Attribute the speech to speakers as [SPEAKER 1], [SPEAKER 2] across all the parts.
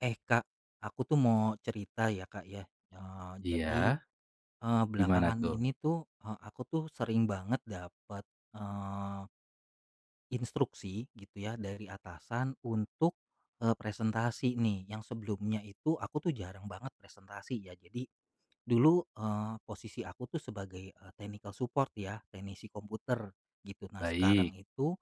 [SPEAKER 1] Eh Kak, aku tuh mau cerita ya Kak ya. Eee, jadi,
[SPEAKER 2] Iya,
[SPEAKER 1] eee,
[SPEAKER 2] gimana
[SPEAKER 1] belakangan
[SPEAKER 2] tuh?
[SPEAKER 1] ini tuh, aku tuh sering banget dapat instruksi gitu ya dari atasan untuk, presentasi nih. Yang sebelumnya itu aku tuh jarang banget presentasi ya. Jadi dulu, posisi aku tuh sebagai, technical support ya, teknisi komputer gitu. Nah sekarang
[SPEAKER 2] Baik.
[SPEAKER 1] itu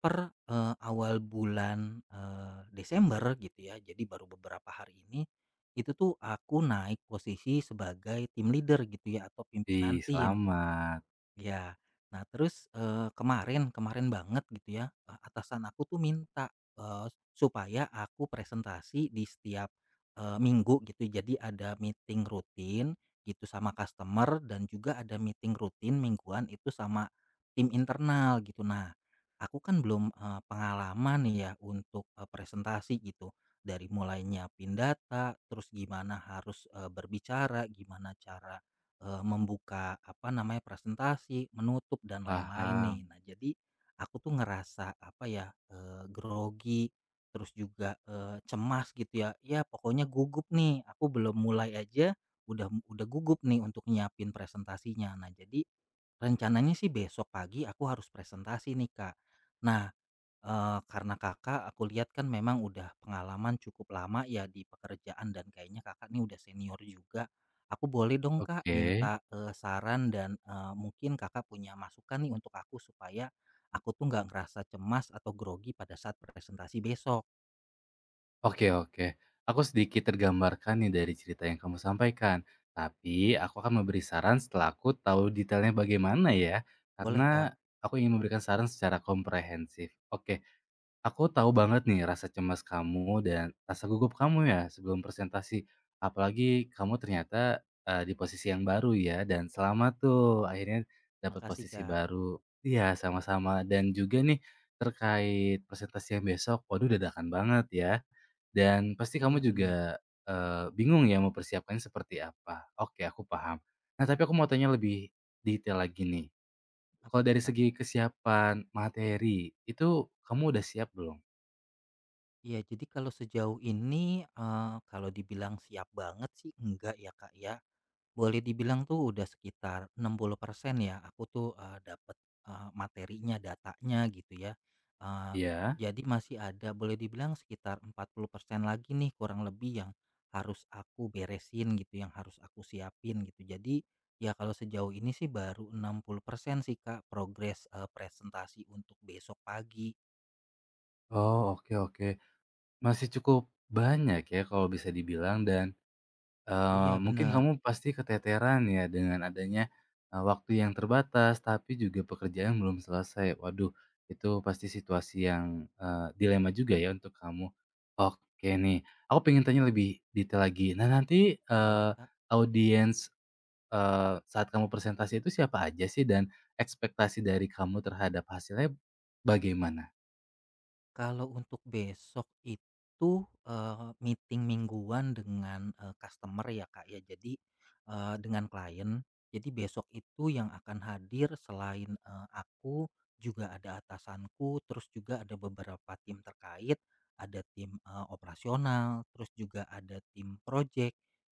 [SPEAKER 1] per awal bulan, Desember gitu ya, jadi baru beberapa hari ini, itu tuh aku naik posisi sebagai tim leader gitu ya atau pimpinan
[SPEAKER 2] Ih,
[SPEAKER 1] tim.
[SPEAKER 2] selamat,
[SPEAKER 1] Ya. Nah terus, kemarin kemarin banget gitu ya, atasan aku tuh minta, supaya aku presentasi di setiap, minggu gitu. Jadi ada meeting rutin gitu sama customer dan juga ada meeting rutin mingguan itu sama tim internal gitu. Nah, aku kan belum, pengalaman ya untuk, presentasi gitu. Dari mulai nyiapin data, terus gimana harus, berbicara, gimana cara membuka, apa namanya, presentasi, menutup, dan lain-lain nih.
[SPEAKER 2] paham.
[SPEAKER 1] Nah, jadi aku tuh ngerasa, apa ya, grogi, terus juga, cemas gitu ya. Ya pokoknya gugup nih, aku belum mulai aja udah gugup nih untuk nyiapin presentasinya. Nah, jadi rencananya sih besok pagi aku harus presentasi nih, Kak. Nah, karena Kakak aku lihat kan memang udah pengalaman cukup lama ya di pekerjaan dan kayaknya Kakak nih udah senior juga. Aku boleh dong Kak
[SPEAKER 2] Oke.
[SPEAKER 1] minta, saran dan, mungkin Kakak punya masukan nih untuk aku supaya aku tuh nggak ngerasa cemas atau grogi pada saat presentasi besok.
[SPEAKER 2] Oke oke. Aku sedikit tergambarkan nih dari cerita yang kamu sampaikan, tapi aku akan memberi saran setelah aku tahu detailnya bagaimana ya,
[SPEAKER 1] Boleh Kak?
[SPEAKER 2] karena aku ingin memberikan saran secara komprehensif. Oke, aku tahu banget nih rasa cemas kamu dan rasa gugup kamu ya sebelum presentasi. Apalagi kamu ternyata, di posisi yang baru ya dan selamat tuh akhirnya dapat
[SPEAKER 1] Makasih
[SPEAKER 2] posisi
[SPEAKER 1] Kak.
[SPEAKER 2] baru. Iya sama-sama dan juga nih terkait presentasi yang besok, waduh dadakan banget ya dan pasti kamu
[SPEAKER 1] Iya benar.
[SPEAKER 2] juga, bingung ya mau persiapkannya seperti apa. Oke aku paham. Nah tapi aku mau tanya lebih detail lagi nih.
[SPEAKER 1] Apa
[SPEAKER 2] Kalau
[SPEAKER 1] tuh
[SPEAKER 2] dari
[SPEAKER 1] Kak?
[SPEAKER 2] segi kesiapan materi, itu kamu udah siap belum?
[SPEAKER 1] Iya jadi kalau sejauh ini, kalau dibilang siap banget sih enggak ya Kak ya. Boleh dibilang tuh udah sekitar 60% ya aku tuh, dapet, materinya, datanya gitu ya. Eee,
[SPEAKER 2] Iya.
[SPEAKER 1] jadi masih ada boleh dibilang sekitar 40% lagi nih kurang lebih yang harus aku beresin gitu, yang harus aku siapin gitu. Jadi ya kalau sejauh ini sih baru 60% sih Kak progres, presentasi untuk besok pagi.
[SPEAKER 2] Oh, oke oke. Masih cukup banyak ya kalau bisa dibilang dan,
[SPEAKER 1] Iya
[SPEAKER 2] mungkin
[SPEAKER 1] benar,
[SPEAKER 2] kamu pasti keteteran ya dengan adanya, waktu yang terbatas, tapi juga pekerjaan belum selesai. Waduh, itu pasti situasi yang, dilema juga ya untuk kamu. Oke nih, aku pengen tanya lebih detail lagi. Nah nanti,
[SPEAKER 1] boleh Kak.
[SPEAKER 2] audiens, saat kamu presentasi itu siapa aja sih dan ekspektasi dari kamu terhadap hasilnya bagaimana?
[SPEAKER 1] Kalau untuk besok itu, meeting mingguan dengan, customer ya, Kak, ya. Jadi, dengan klien. Jadi besok itu yang akan hadir selain, aku juga ada atasanku, terus juga ada beberapa tim terkait, ada tim, operasional, terus juga ada tim project,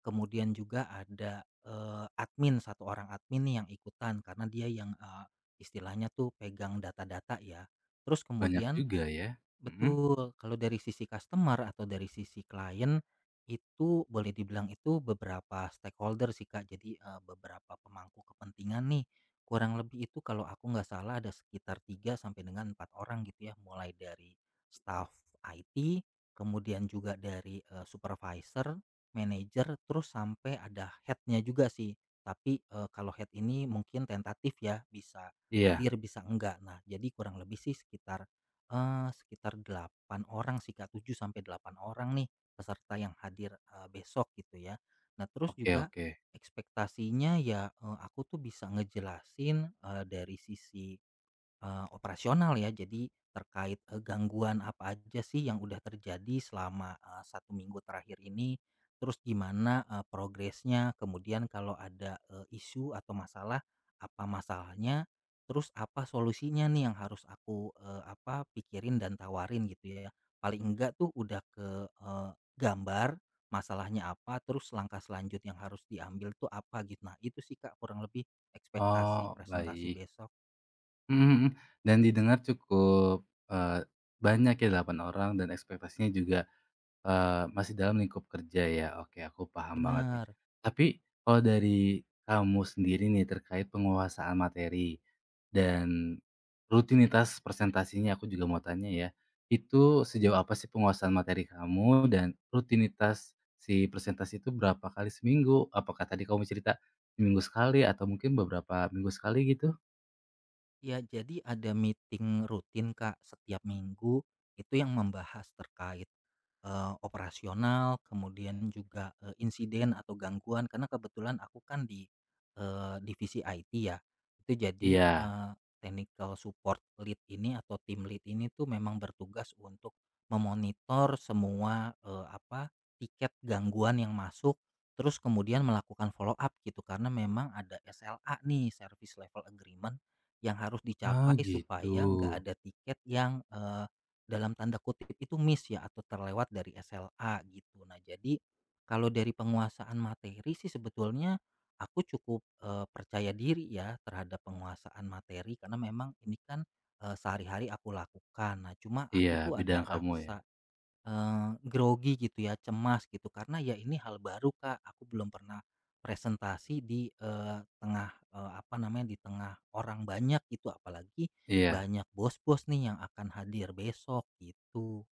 [SPEAKER 1] kemudian juga ada, admin, satu orang admin nih yang ikutan karena dia yang, istilahnya tuh pegang data-data ya. Terus
[SPEAKER 2] Banyak
[SPEAKER 1] kemudian
[SPEAKER 2] juga ya? Mhm?
[SPEAKER 1] betul, kalau dari sisi customer atau dari sisi klien itu boleh dibilang itu beberapa stakeholder sih Kak. Jadi eh, beberapa pemangku kepentingan nih. Kurang lebih itu kalau aku nggak salah ada sekitar 3 sampai dengan 4 orang gitu ya, mulai dari staff IT, kemudian juga dari eh, supervisor, manager, terus sampai ada headnya juga sih. Tapi eh, kalau head ini mungkin tentatif ya, bisa
[SPEAKER 2] Iya.
[SPEAKER 1] hadir bisa enggak. Nah, jadi kurang lebih sih sekitar sekitar 8 orang sih, Kak, 7 sampai 8 orang nih peserta yang hadir, besok gitu ya. Nah, terus
[SPEAKER 2] Oke
[SPEAKER 1] juga
[SPEAKER 2] oke.
[SPEAKER 1] ekspektasinya ya, aku tuh bisa ngejelasin, dari sisi operasional ya, jadi terkait, gangguan apa aja sih yang udah terjadi selama, 1 minggu terakhir ini, terus gimana, progresnya, kemudian kalau ada, isu atau masalah, apa masalahnya, terus apa solusinya nih yang harus aku, pikirin dan tawarin gitu ya. Paling enggak tuh udah ke, gambar masalahnya apa, terus langkah selanjut yang harus diambil tuh apa gitu. Nah itu sih Kak kurang lebih ekspektasi
[SPEAKER 2] Oh,
[SPEAKER 1] presentasi
[SPEAKER 2] baik.
[SPEAKER 1] besok.
[SPEAKER 2] Mhm mhm. Dan didengar cukup, eee, banyak ya 8 orang dan ekspektasinya juga masih dalam lingkup kerja ya, oke aku paham banget nih.
[SPEAKER 1] Bener.
[SPEAKER 2] Tapi kalau dari kamu sendiri nih terkait penguasaan materi dan rutinitas presentasinya aku juga mau tanya ya, itu sejauh apa sih penguasaan materi kamu dan rutinitas si presentasi itu berapa kali seminggu? Apakah tadi kamu cerita seminggu sekali atau mungkin beberapa minggu sekali gitu?
[SPEAKER 1] Ya, jadi ada meeting rutin, Kak, setiap minggu itu yang membahas terkait, operasional, kemudian juga, insiden atau gangguan karena kebetulan aku kan di, divisi IT ya. Itu jadi,
[SPEAKER 2] Iya.
[SPEAKER 1] technical support lead ini atau tim lead ini tuh memang bertugas untuk memonitor semua, tiket gangguan yang masuk, terus kemudian melakukan follow up gitu karena memang ada SLA nih, Service Level Agreement yang harus
[SPEAKER 2] Ah
[SPEAKER 1] dicapai
[SPEAKER 2] gitu.
[SPEAKER 1] supaya nggak ada tiket yang eh, dalam tanda kutip itu miss ya atau terlewat dari SLA gitu. Nah, jadi kalau dari penguasaan materi sih sebetulnya aku cukup eh, percaya diri ya terhadap penguasaan materi karena memang ini kan eh, sehari-hari aku lakukan. Nah, cuma aku
[SPEAKER 2] Iya,
[SPEAKER 1] tuh ada
[SPEAKER 2] bidang kamu ya?
[SPEAKER 1] rasa grogi gitu ya, cemas gitu, karena ya ini hal baru, Kak, aku belum pernah presentasi di, tengah, apa namanya, di tengah orang banyak gitu, apalagi
[SPEAKER 2] Iya.
[SPEAKER 1] banyak bos-bos nih yang akan hadir besok gitu.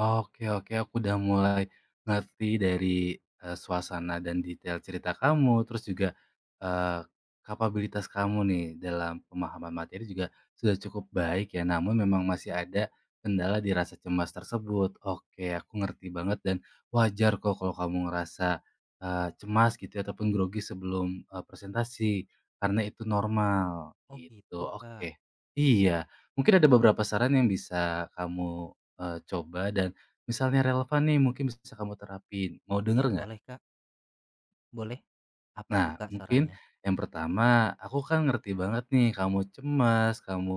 [SPEAKER 2] Oke oke, aku udah mulai ngerti dari, suasana dan detail cerita kamu, terus juga, eee, kapabilitas kamu nih dalam pemahaman materi juga sudah cukup baik ya, namun memang masih ada kendala di rasa cemas tersebut. Oke, aku ngerti banget dan wajar kok kalau kamu ngerasa, cemas gitu ya ataupun grogi sebelum, presentasi, karena itu normal,
[SPEAKER 1] Oh gitu,
[SPEAKER 2] gitu.
[SPEAKER 1] Kak.
[SPEAKER 2] Oke. Iya, mungkin ada beberapa saran yang bisa kamu, coba dan misalnya relevan nih mungkin bisa kamu terapin, mau
[SPEAKER 1] Ya
[SPEAKER 2] denger nggak?
[SPEAKER 1] boleh, Kak, boleh. Apa tuh,
[SPEAKER 2] Nah
[SPEAKER 1] Kak,
[SPEAKER 2] mungkin
[SPEAKER 1] sarannya?
[SPEAKER 2] yang pertama aku kan ngerti banget nih kamu cemas, kamu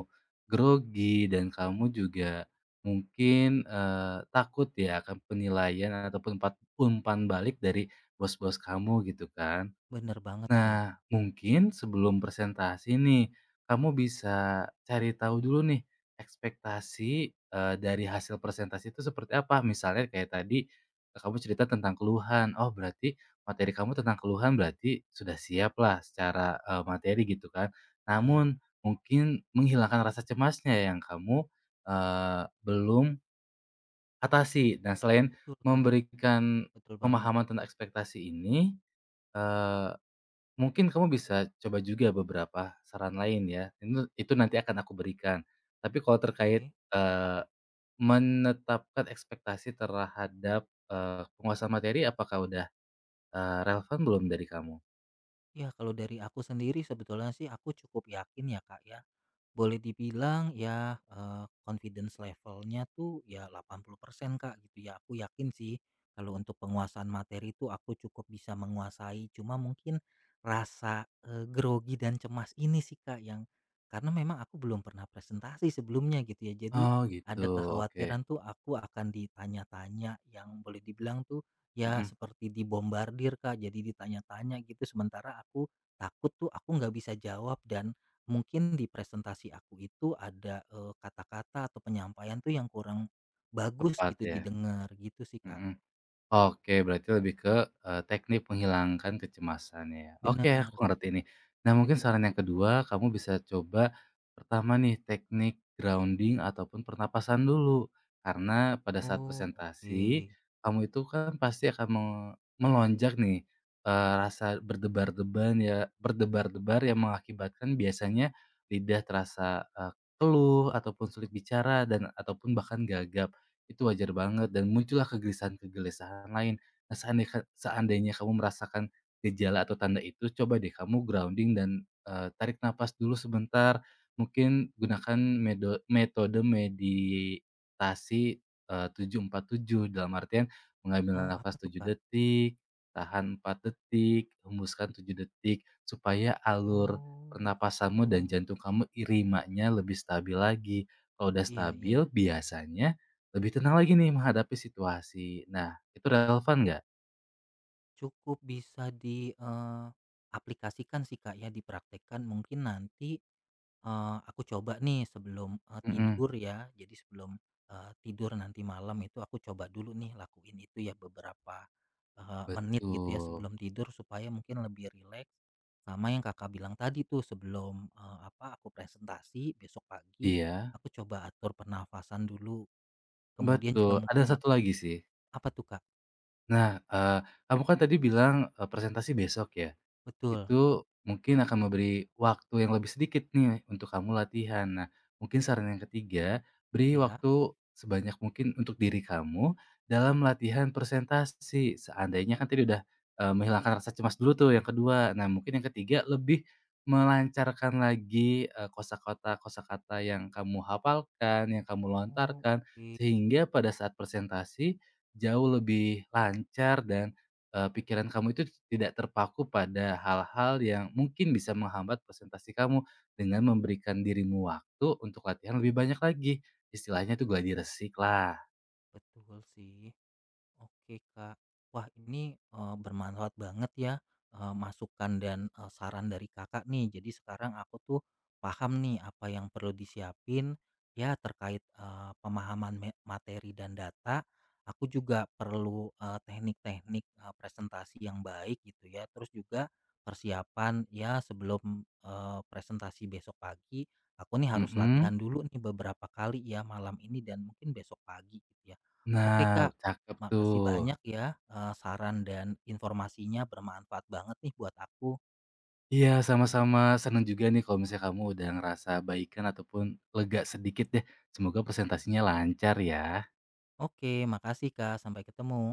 [SPEAKER 2] grogi, dan kamu juga mungkin, takut ya akan penilaian ataupun umpan balik dari bos-bos kamu gitu kan.
[SPEAKER 1] Bener banget, Kak.
[SPEAKER 2] Nah, mungkin sebelum presentasi nih, kamu bisa cari tahu dulu nih ekspektasi, dari hasil presentasi itu seperti apa. Misalnya kayak tadi, kamu cerita tentang keluhan, oh berarti materi kamu tentang keluhan berarti sudah siap lah secara, materi gitu kan.
[SPEAKER 1] Iya,
[SPEAKER 2] Namun mungkin menghilangkan rasa cemasnya yang kamu, belum atasi. Dan selain
[SPEAKER 1] betul, Kak,
[SPEAKER 2] memberikan
[SPEAKER 1] betul banget.
[SPEAKER 2] pemahaman tentang ekspektasi ini, mungkin kamu bisa coba juga beberapa saran lain ya, itu nanti akan aku berikan. Tapi kalau terkait,
[SPEAKER 1] Oke.
[SPEAKER 2] menetapkan ekspektasi terhadap, penguasaan materi apakah udah, relevan belum dari kamu?
[SPEAKER 1] Ya kalau dari aku sendiri sebetulnya sih aku cukup yakin ya, Kak, ya. Boleh dibilang ya, confidence levelnya tuh ya 80% Kak, gitu ya. Aku yakin sih kalau untuk penguasaan materi itu aku cukup bisa menguasai. Cuma mungkin rasa, grogi dan cemas ini sih Kak yang karena memang aku belum pernah presentasi sebelumnya gitu ya. Jadi
[SPEAKER 2] Oh gitu,
[SPEAKER 1] ada
[SPEAKER 2] oke,
[SPEAKER 1] kekhawatiran tuh aku akan ditanya-tanya yang boleh dibilang tuh ya
[SPEAKER 2] mhm,
[SPEAKER 1] seperti dibombardir Kak, jadi ditanya-tanya gitu. Sementara aku takut tuh aku nggak bisa jawab dan mungkin di presentasi aku itu ada, kata-kata atau penyampaian tuh yang kurang bagus
[SPEAKER 2] tepat
[SPEAKER 1] gitu
[SPEAKER 2] ya,
[SPEAKER 1] didengar gitu sih, Kak.
[SPEAKER 2] mhm. Oke, berarti lebih ke, teknik menghilangkan kecemasan ya. Oke,
[SPEAKER 1] Benar.
[SPEAKER 2] aku ngerti nih. Nah, mungkin saran yang kedua, kamu bisa coba pertama nih teknik grounding ataupun pernapasan dulu. Karena pada saat
[SPEAKER 1] Oh, oke.
[SPEAKER 2] presentasi, kamu itu kan pasti akan melonjak nih, rasa berdebar-deban ya berdebar-debar yang mengakibatkan biasanya lidah terasa, keluh ataupun sulit bicara dan ataupun bahkan gagap. Itu wajar banget dan muncullah kegelisahan-kegelisahan lain. Nah, seandainya kamu merasakan gejala atau tanda itu, coba deh kamu grounding dan, tarik nafas dulu sebentar. Mungkin gunakan metode meditasi, 7, 4, 7 dalam artian mengambil
[SPEAKER 1] Oh, apa
[SPEAKER 2] nafas
[SPEAKER 1] tuh,
[SPEAKER 2] 7
[SPEAKER 1] Kak?
[SPEAKER 2] detik, tahan 4 detik, hembuskan 7 detik, supaya alur
[SPEAKER 1] Oh,
[SPEAKER 2] pernapasanmu dan
[SPEAKER 1] gitu.
[SPEAKER 2] jantung kamu irimanya lebih stabil lagi. Kalau udah
[SPEAKER 1] Iya
[SPEAKER 2] stabil,
[SPEAKER 1] iya.
[SPEAKER 2] biasanya lebih tenang lagi nih menghadapi situasi. Nah, itu relevan nggak?
[SPEAKER 1] Cukup bisa di, aplikasikan sih, Kak, ya dipraktekkan mungkin nanti aku coba nih sebelum,
[SPEAKER 2] Mhm.
[SPEAKER 1] tidur ya. Jadi sebelum, tidur nanti malam itu aku coba dulu nih lakuin itu ya beberapa, menit gitu ya
[SPEAKER 2] Betul.
[SPEAKER 1] sebelum tidur supaya mungkin lebih rileks. Sama yang Kakak bilang tadi tuh sebelum, aku presentasi besok pagi,
[SPEAKER 2] Iya,
[SPEAKER 1] aku coba atur pernafasan dulu. Kemudian juga
[SPEAKER 2] betul. Ada
[SPEAKER 1] mungkin
[SPEAKER 2] satu
[SPEAKER 1] aku
[SPEAKER 2] lagi sih.
[SPEAKER 1] apa tuh, Kak?
[SPEAKER 2] Nah, kamu kan tadi bilang, presentasi besok ya?
[SPEAKER 1] Betul,
[SPEAKER 2] Itu mungkin akan memberi waktu yang lebih sedikit nih untuk kamu latihan. Nah, mungkin saran yang ketiga, beri
[SPEAKER 1] ya.
[SPEAKER 2] waktu sebanyak mungkin untuk diri kamu dalam latihan presentasi. Seandainya kan tadi udah, menghilangkan rasa cemas dulu tuh yang kedua. Nah, mungkin yang ketiga lebih melancarkan lagi, kosakata kosakata yang kamu hafalkan, yang kamu
[SPEAKER 1] Oh,
[SPEAKER 2] lontarkan,
[SPEAKER 1] oke.
[SPEAKER 2] sehingga pada saat presentasi jauh lebih lancar dan pikiran kamu itu tidak terpaku pada hal-hal yang mungkin bisa menghambat presentasi kamu, dengan memberikan dirimu waktu untuk latihan lebih banyak lagi. Istilahnya tuh gladi resik lah.
[SPEAKER 1] Betul sih. Oke Kak, wah ini eh, bermanfaat banget ya eh, masukan dan eh, saran dari kakak nih. Jadi sekarang aku tuh paham nih apa yang perlu disiapin ya terkait eh, pemahaman materi dan data. Aku juga perlu eh, teknik-teknik eh, presentasi yang baik gitu ya. Terus juga persiapan ya sebelum eh, presentasi besok pagi. Aku nih harus latihan
[SPEAKER 2] Mhm.
[SPEAKER 1] dulu nih beberapa kali ya malam ini dan mungkin besok pagi gitu ya. Oke
[SPEAKER 2] Nah,
[SPEAKER 1] Kak,
[SPEAKER 2] cakep
[SPEAKER 1] makasih
[SPEAKER 2] tuh.
[SPEAKER 1] banyak ya, saran dan informasinya bermanfaat banget nih buat aku.
[SPEAKER 2] Iya, sama-sama. Seneng juga nih kalau misalnya kamu udah ngerasa baikan ataupun lega sedikit deh. Semoga presentasinya lancar ya.
[SPEAKER 1] Oke, makasih Kak, sampai ketemu.